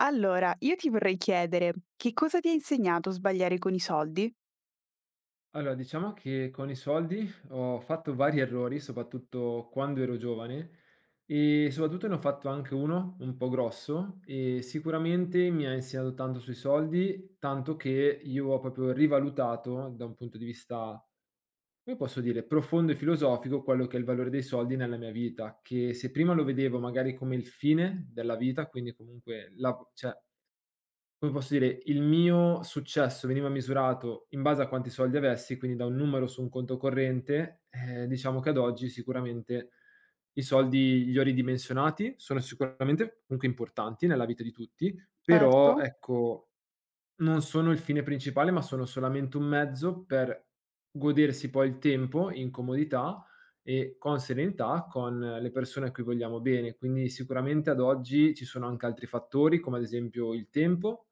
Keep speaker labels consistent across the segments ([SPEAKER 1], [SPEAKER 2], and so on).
[SPEAKER 1] Allora, io ti vorrei chiedere, che cosa ti ha insegnato sbagliare con i soldi?
[SPEAKER 2] Allora, diciamo che con i soldi ho fatto vari errori, soprattutto quando ero giovane, e soprattutto ne ho fatto anche uno un po' grosso, e sicuramente mi ha insegnato tanto sui soldi, tanto che io ho proprio rivalutato da un punto di vista, come posso dire, profondo e filosofico quello che è il valore dei soldi nella mia vita, che se prima lo vedevo magari come il fine della vita, quindi comunque la, cioè, come posso dire, il mio successo veniva misurato in base a quanti soldi avessi, quindi da un numero su un conto corrente. Diciamo che ad oggi sicuramente i soldi li ho ridimensionati, sono sicuramente comunque importanti nella vita di tutti, però
[SPEAKER 1] Certo.
[SPEAKER 2] ecco, non sono il fine principale, ma sono solamente un mezzo per godersi poi il tempo in comodità e con serenità con le persone a cui vogliamo bene. Quindi sicuramente ad oggi ci sono anche altri fattori, come ad esempio il tempo,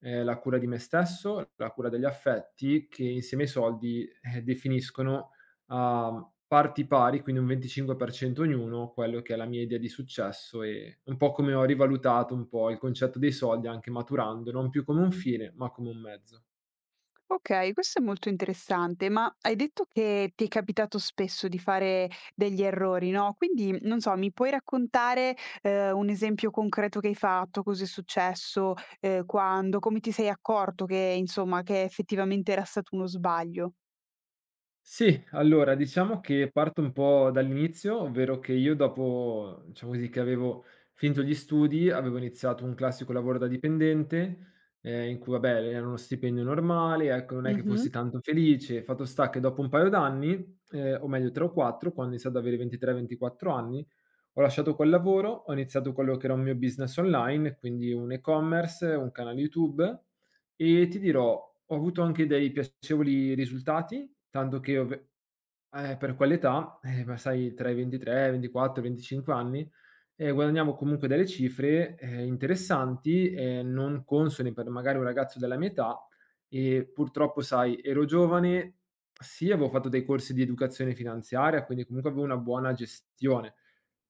[SPEAKER 2] la cura di me stesso, la cura degli affetti, che insieme ai soldi, definiscono a parti pari, quindi un 25% ognuno, quello che è la mia idea di successo e un po' come ho rivalutato un po' il concetto dei soldi anche maturando, non più come un fine, ma come un mezzo.
[SPEAKER 1] Okay, questo è molto interessante, ma hai detto che ti è capitato spesso di fare degli errori, no, quindi, non so, mi puoi raccontare, un esempio concreto che hai fatto? Cosa è successo? Quando? Come ti sei accorto che, insomma, che effettivamente era stato uno sbaglio?
[SPEAKER 2] Sì, allora diciamo che parto un po' dall'inizio, ovvero che io dopo, diciamo così, che avevo finito gli studi, avevo iniziato un classico lavoro da dipendente, in cui vabbè era uno stipendio normale, ecco, non è che
[SPEAKER 1] Mh-mh,
[SPEAKER 2] fossi tanto felice. Fatto sta che dopo un paio d'anni, o meglio 3 o 4, quando ho iniziato ad avere 23, 24 anni, ho lasciato quel lavoro, ho iniziato quello che era un mio business online, quindi un e-commerce, un canale YouTube e ti dirò, ho avuto anche dei piacevoli risultati, tanto che ov per quell'età, ma sai tra i 23, 24, 25 anni, guadagnavo comunque delle cifre, interessanti, non consone per magari un ragazzo della mia età e purtroppo sai, ero giovane, sì avevo fatto dei corsi di educazione finanziaria, quindi comunque avevo una buona gestione,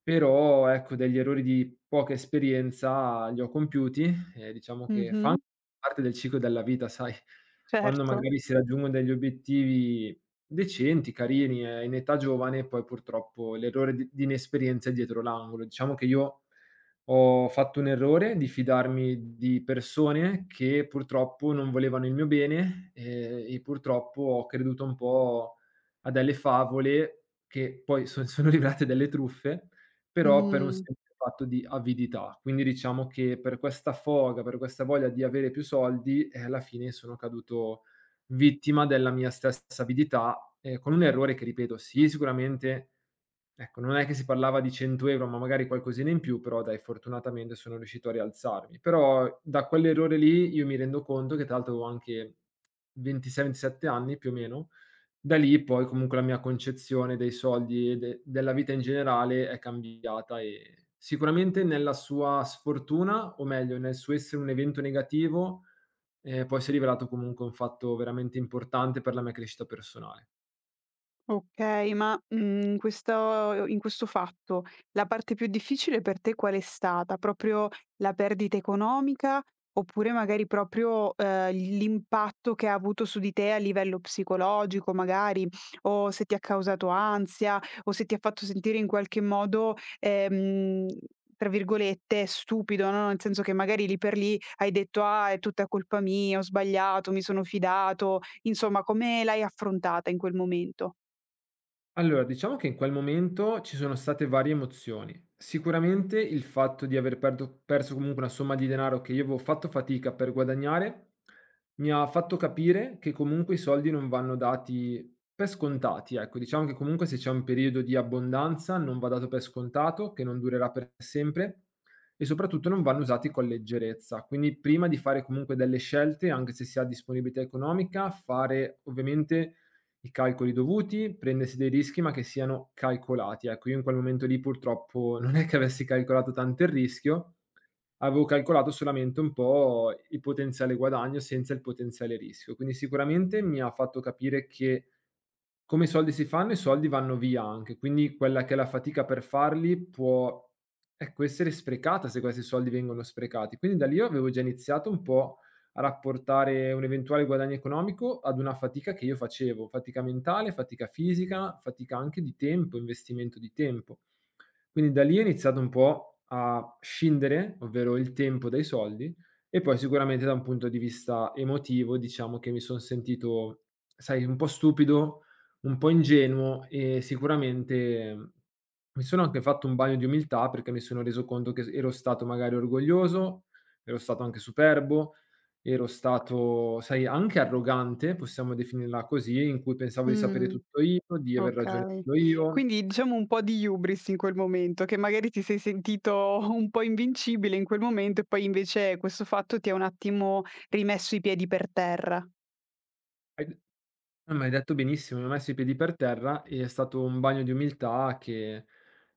[SPEAKER 2] però ecco, degli errori di poca esperienza li ho compiuti e diciamo che fa
[SPEAKER 1] mh-mh,
[SPEAKER 2] anche parte del ciclo della vita, sai, quando
[SPEAKER 1] certo.
[SPEAKER 2] magari si raggiungono degli obiettivi decenti, carini, in età giovane, poi purtroppo l'errore di inesperienza è dietro l'angolo. Diciamo che io ho fatto un errore di fidarmi di persone che purtroppo non volevano il mio bene, e purtroppo ho creduto un po' a delle favole che poi son sono rivelate delle truffe però per un
[SPEAKER 1] Mh.
[SPEAKER 2] semplice fatto di avidità. Quindi diciamo che per questa foga, per questa voglia di avere più soldi, alla fine sono caduto vittima della mia stessa avidità, con un errore che ripeto, sì sicuramente, ecco, non è che si parlava di 100 €, ma magari qualcosina in più, però dai fortunatamente sono riuscito a rialzarmi. Però da quell'errore lì io mi rendo conto che tra l'altro avevo anche 26, 27 anni più o meno, da lì poi comunque la mia concezione dei soldi e de della vita in generale è cambiata e sicuramente nella sua sfortuna, o meglio nel suo essere un evento negativo, poi si è rivelato comunque un fatto veramente importante per la mia crescita personale.
[SPEAKER 1] Okay, ma, in questo fatto, la parte più difficile per te qual è stata? Proprio la perdita economica, oppure magari proprio, l'impatto che ha avuto su di te a livello psicologico magari, o se ti ha causato ansia, o se ti ha fatto sentire in qualche modo, tra virgolette "stupido", no, nel senso che magari lì per lì hai detto: "Ah, è tutta colpa mia, ho sbagliato, mi sono fidato." Insomma, come l'hai affrontata in quel momento?
[SPEAKER 2] Allora, diciamo che in quel momento ci sono state varie emozioni. Sicuramente il fatto di aver perso comunque una somma di denaro che io avevo fatto fatica per guadagnare mi ha fatto capire che comunque i soldi non vanno dati per scontati. Ecco, diciamo che comunque se c'è un periodo di abbondanza non va dato per scontato, che non durerà per sempre e soprattutto non vanno usati con leggerezza. Quindi prima di fare comunque delle scelte, anche se si ha disponibilità economica, fare ovviamente i calcoli dovuti, prendersi dei rischi, ma che siano calcolati. Ecco, io in quel momento lì purtroppo non è che avessi calcolato tanto il rischio, avevo calcolato solamente un po' il potenziale guadagno senza il potenziale rischio. Quindi sicuramente mi ha fatto capire che come i soldi si fanno, i soldi vanno via anche, quindi quella che è la fatica per farli può ecco, essere sprecata se questi soldi vengono sprecati. Quindi da lì io avevo già iniziato un po' a rapportare un eventuale guadagno economico ad una fatica che io facevo, fatica mentale, fatica fisica, fatica anche di tempo, investimento di tempo. Quindi da lì è iniziato un po' a scindere, ovvero il tempo dai soldi, e poi sicuramente da un punto di vista emotivo diciamo che mi son sentito, sai, un po' stupido, un po' ingenuo e sicuramente, mi sono anche fatto un bagno di umiltà perché mi sono reso conto che s ero stato magari orgoglioso, ero stato anche superbo, ero stato, sai, anche arrogante, possiamo definirla così, in cui pensavo di sapere
[SPEAKER 1] Mh,
[SPEAKER 2] tutto io, di aver ragione
[SPEAKER 1] okay.
[SPEAKER 2] solo io.
[SPEAKER 1] Quindi diciamo un po' di hubris in quel momento, che magari ti sei sentito un po' invincibile in quel momento e poi invece questo fatto ti ha un attimo rimesso i piedi per terra.
[SPEAKER 2] Hai d ma hai detto benissimo, mi ho messo i piedi per terra e è stato un bagno di umiltà che,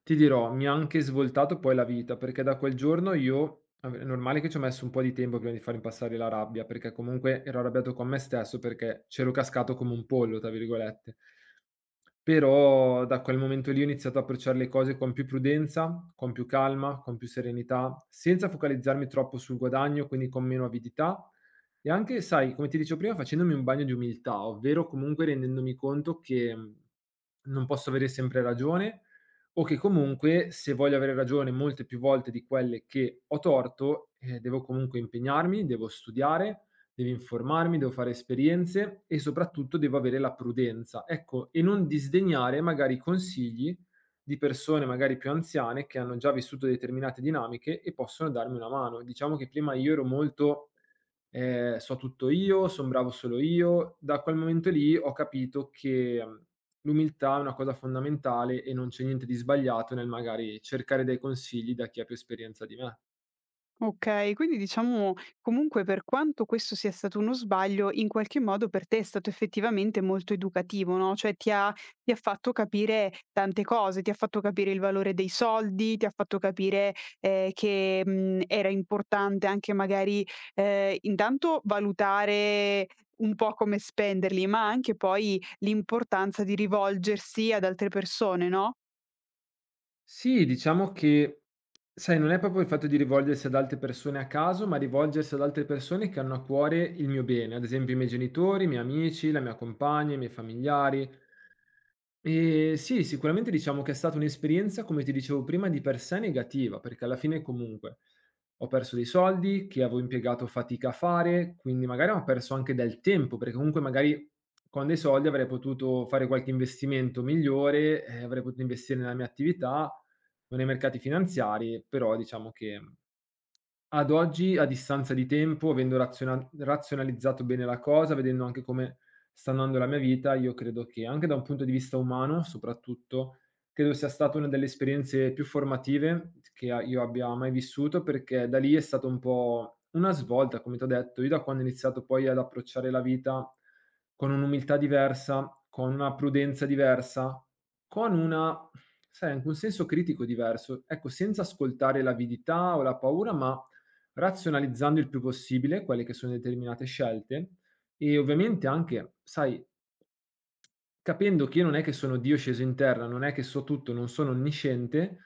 [SPEAKER 2] ti dirò, mi ha anche svoltato poi la vita, perché da quel giorno io vabbè, è normale che ci ho messo un po' di tempo prima di farmi passare la rabbia, perché comunque ero arrabbiato con me stesso, perché c'ero cascato come un pollo, tra virgolette. Però da quel momento lì ho iniziato a approcciare le cose con più prudenza, con più calma, con più serenità, senza focalizzarmi troppo sul guadagno, quindi con meno avidità e anche, sai, come ti dicevo prima, facendomi un bagno di umiltà, ovvero comunque rendendomi conto che, non posso avere sempre ragione o che comunque se voglio avere ragione molte più volte di quelle che ho torto, devo comunque impegnarmi, devo studiare, devo informarmi, devo fare esperienze e soprattutto devo avere la prudenza, ecco, e non disdegnare magari consigli di persone magari più anziane che hanno già vissuto determinate dinamiche e possono darmi una mano. Diciamo che prima io ero molto so tutto io, son bravo solo io. Da quel momento lì ho capito che, l'umiltà è una cosa fondamentale e non c'è niente di sbagliato nel magari cercare dei consigli da chi ha più esperienza di me.
[SPEAKER 1] Okay, quindi diciamo comunque per quanto questo sia stato uno sbaglio, in qualche modo per te è stato effettivamente molto educativo, no, cioè ti ha fatto capire tante cose, ti ha fatto capire il valore dei soldi, ti ha fatto capire, che, era importante anche magari, intanto valutare un po' come spenderli, ma anche poi l'importanza di rivolgersi ad altre persone, no?
[SPEAKER 2] Sì, diciamo che, sai, non è proprio il fatto di rivolgersi ad altre persone a caso, ma rivolgersi ad altre persone che hanno a cuore il mio bene, ad esempio i miei genitori, i miei amici, la mia compagna, i miei familiari. Sì, sicuramente diciamo che è stata un'esperienza, come ti dicevo prima, di per sé negativa, perché alla fine comunque ho perso dei soldi che avevo impiegato fatica a fare, quindi magari ho perso anche del tempo, perché comunque magari con dei soldi avrei potuto fare qualche investimento migliore, avrei potuto investire nella mia attività o nei mercati finanziari, però diciamo che ad oggi, a distanza di tempo, avendo razionalizzato bene la cosa, vedendo anche come sta andando la mia vita, io credo che anche da un punto di vista umano, soprattutto, credo sia stata una delle esperienze più formative che a io abbia mai vissuto, perché da lì è stato un po' una svolta, come t'ho detto. Io da quando ho iniziato poi ad approcciare la vita con un'umiltà diversa, con una prudenza diversa, con una sai, anche un senso critico diverso, ecco, senza ascoltare l'avidità o la paura, ma razionalizzando il più possibile quelle che sono determinate scelte e ovviamente anche, sai, capendo che io non è che sono Dio sceso in terra, non è che so tutto, non sono onnisciente,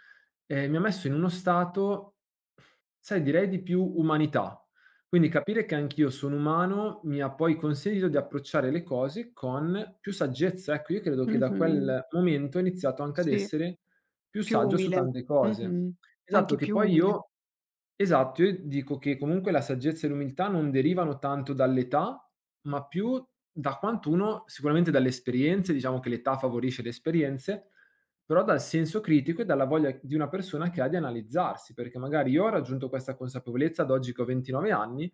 [SPEAKER 2] mi ha messo in uno stato, sai, direi di più umanità. Quindi capire che anch'io sono umano mi ha poi consentito di approcciare le cose con più saggezza. Ecco, io credo che da
[SPEAKER 1] Mh-mh.
[SPEAKER 2] quel momento ho iniziato anche ad
[SPEAKER 1] Sì,
[SPEAKER 2] essere più
[SPEAKER 1] più
[SPEAKER 2] saggio su
[SPEAKER 1] umile.
[SPEAKER 2] tante cose.
[SPEAKER 1] Mh-mh.
[SPEAKER 2] Esatto,
[SPEAKER 1] Anche
[SPEAKER 2] che
[SPEAKER 1] più
[SPEAKER 2] poi
[SPEAKER 1] umile.
[SPEAKER 2] io esatto, io dico che comunque la saggezza e l'umiltà non derivano tanto dall'età, ma più da quanto uno sicuramente dalle esperienze, diciamo che l'età favorisce le esperienze, però dal senso critico e dalla voglia di una persona che ha di analizzarsi, perché magari io ho raggiunto questa consapevolezza ad oggi che ho 29 anni,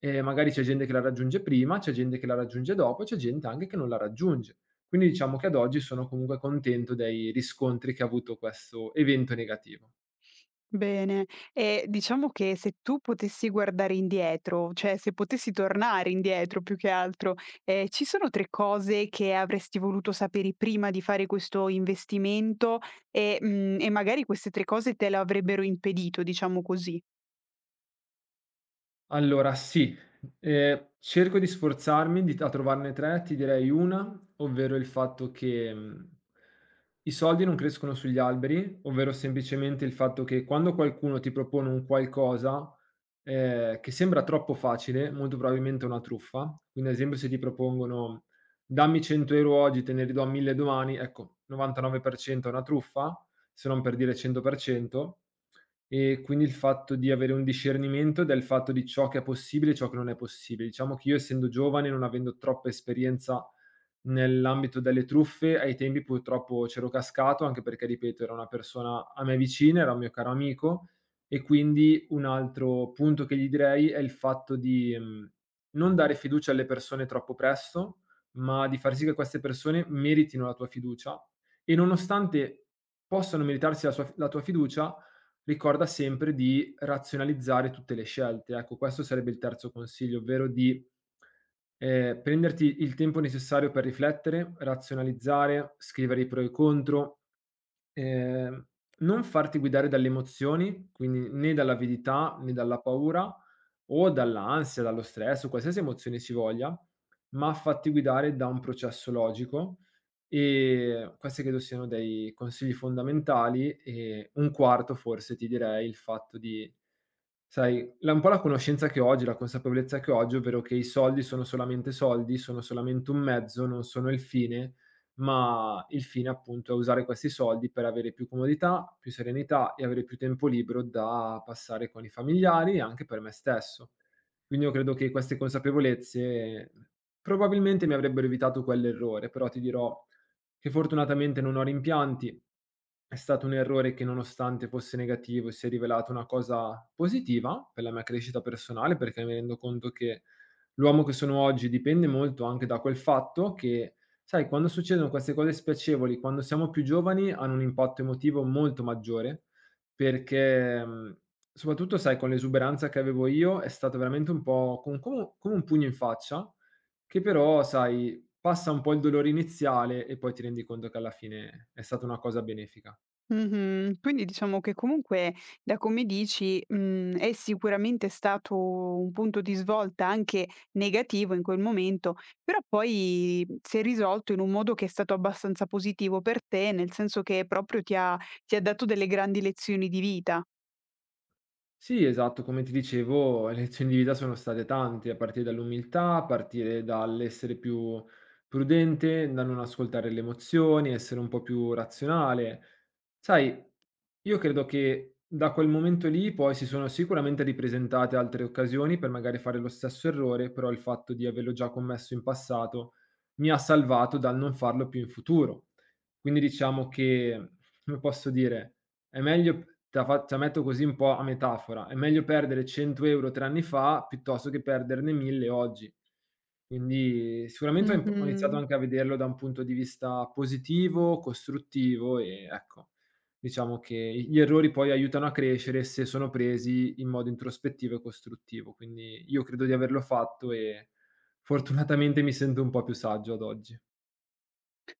[SPEAKER 2] e magari c'è gente che la raggiunge prima, c'è gente che la raggiunge dopo, c'è gente anche che non la raggiunge. Quindi diciamo che ad oggi sono comunque contento dei riscontri che ha avuto questo evento negativo.
[SPEAKER 1] Bene, e diciamo che se tu potessi guardare indietro, cioè se potessi tornare indietro più che altro, ci sono 3 cose che avresti voluto sapere prima di fare questo investimento e, e magari queste 3 cose te lo avrebbero impedito, diciamo così?
[SPEAKER 2] Allora sì, cerco di sforzarmi di t a trovarne 3, ti direi una, ovvero il fatto che, i soldi non crescono sugli alberi, ovvero semplicemente il fatto che quando qualcuno ti propone un qualcosa, che sembra troppo facile, molto probabilmente è una truffa. Quindi ad esempio se ti propongono: "Dammi 100 € oggi, te ne ridò 1000 domani", ecco, 99% è una truffa, se non per dire 100%. E quindi il fatto di avere un discernimento del fatto di ciò che è possibile e ciò che non è possibile. Diciamo che io, essendo giovane, non avendo troppa esperienza nell'ambito delle truffe, ai tempi purtroppo c'ero cascato, anche perché ripeto, era una persona a me vicina, era un mio caro amico, e quindi un altro punto che gli direi è il fatto di, non dare fiducia alle persone troppo presto, ma di far sì che queste persone meritino la tua fiducia e, nonostante possano meritarsi la sua f la tua fiducia, ricorda sempre di razionalizzare tutte le scelte. Ecco, questo sarebbe il terzo consiglio, ovvero di prenderti il tempo necessario per riflettere, razionalizzare, scrivere i pro e i contro. Ehm, Non farti guidare dalle emozioni, quindi né dall'avidità, né dalla paura o dall'ansia, dallo stress o qualsiasi emozione ci voglia, ma fatti guidare da un processo logico, e questi credo siano dei consigli fondamentali. E un quarto forse ti direi il fatto di... Sai, la un po' la conoscenza che ho oggi, la consapevolezza che ho oggi, ovvero che i soldi, sono solamente un mezzo, non sono il fine, ma il fine appunto è usare questi soldi per avere più comodità, più serenità e avere più tempo libero da passare con i familiari e anche per me stesso. Quindi io credo che queste consapevolezze probabilmente mi avrebbero evitato quell'errore, però ti dirò che fortunatamente non ho rimpianti. È stato un errore che, nonostante fosse negativo, si è rivelato una cosa positiva per la mia crescita personale, perché mi rendo conto che l'uomo che sono oggi dipende molto anche da quel fatto che, sai, quando succedono queste cose spiacevoli, quando siamo più giovani, hanno un impatto emotivo molto maggiore, perché, soprattutto, sai, con l'esuberanza che avevo io, è stato veramente un po' con come un pugno in faccia, che però, sai, passa un po' il dolore iniziale e poi ti rendi conto che alla fine è stata una cosa benefica.
[SPEAKER 1] Mh-mh. Quindi diciamo che comunque da come dici, è sicuramente stato un punto di svolta anche negativo in quel momento, però poi si è risolto in un modo che è stato abbastanza positivo per te, nel senso che proprio ti ha dato delle grandi lezioni di vita.
[SPEAKER 2] Sì, esatto, come ti dicevo, le lezioni di vita sono state tante, a partire dall'umiltà, a partire dall'essere più prudente, da non ascoltare le emozioni, essere un po' più razionale. Sai, io credo che da quel momento lì poi si sono sicuramente ripresentate altre occasioni per magari fare lo stesso errore, però il fatto di averlo già commesso in passato mi ha salvato dal non farlo più in futuro. Quindi diciamo che, come posso dire, è meglio... te la metto così un po' a metafora: è meglio perdere 100 € 3 anni fa piuttosto che perderne 1000 oggi. Quindi sicuramente ho iniziato
[SPEAKER 1] Mh-mh.
[SPEAKER 2] anche a vederlo da un punto di vista positivo, costruttivo, e ecco. Diciamo che gli errori poi aiutano a crescere se sono presi in modo introspettivo e costruttivo. Quindi io credo di averlo fatto e fortunatamente mi sento un po' più saggio ad oggi.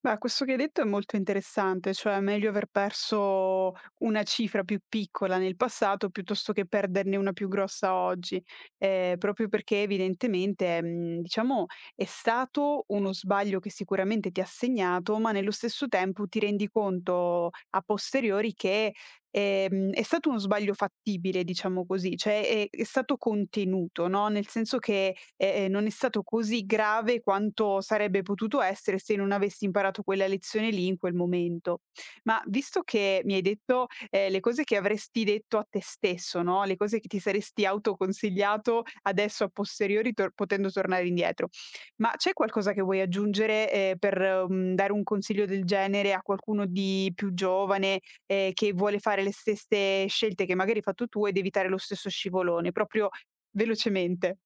[SPEAKER 1] Beh, questo che hai detto è molto interessante, cioè meglio aver perso una cifra più piccola nel passato piuttosto che perderne una più grossa oggi, proprio perché evidentemente, diciamo, è stato uno sbaglio che sicuramente ti ha segnato, ma nello stesso tempo ti rendi conto a posteriori che è stato uno sbaglio fattibile, diciamo così, cioè è stato contenuto, no, nel senso che, non è stato così grave quanto sarebbe potuto essere se non avessi imparato quella lezione lì in quel momento. Ma visto che mi hai detto, le cose che avresti detto a te stesso, no, le cose che ti saresti autoconsigliato adesso a posteriori tor potendo tornare indietro, ma c'è qualcosa che vuoi aggiungere, per, dare un consiglio del genere a qualcuno di più giovane, che vuole fare le stesse scelte che magari hai fatto tu ed evitare lo stesso scivolone, proprio velocemente.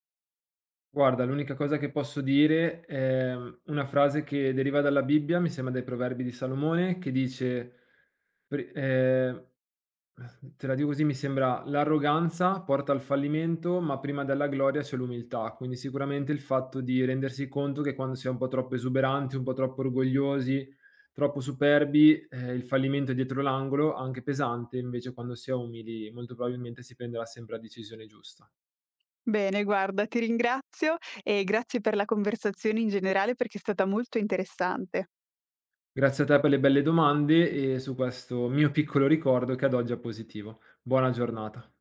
[SPEAKER 2] Guarda, l'unica cosa che posso dire è una frase che deriva dalla Bibbia, mi sembra dai Proverbi di Salomone, che dice... pri te la dico così: mi sembra, l'arroganza porta al fallimento, ma prima della gloria c'è l'umiltà. Quindi sicuramente il fatto di rendersi conto che quando si è un po' troppo esuberanti, un po' troppo orgogliosi, troppo superbi, il fallimento è dietro l'angolo, anche pesante; invece quando si è umili molto probabilmente si prenderà sempre la decisione giusta.
[SPEAKER 1] Bene, guarda, ti ringrazio e grazie per la conversazione in generale perché è stata molto interessante.
[SPEAKER 2] Grazie a te per le belle domande e su questo mio piccolo ricordo che ad oggi è positivo. Buona giornata.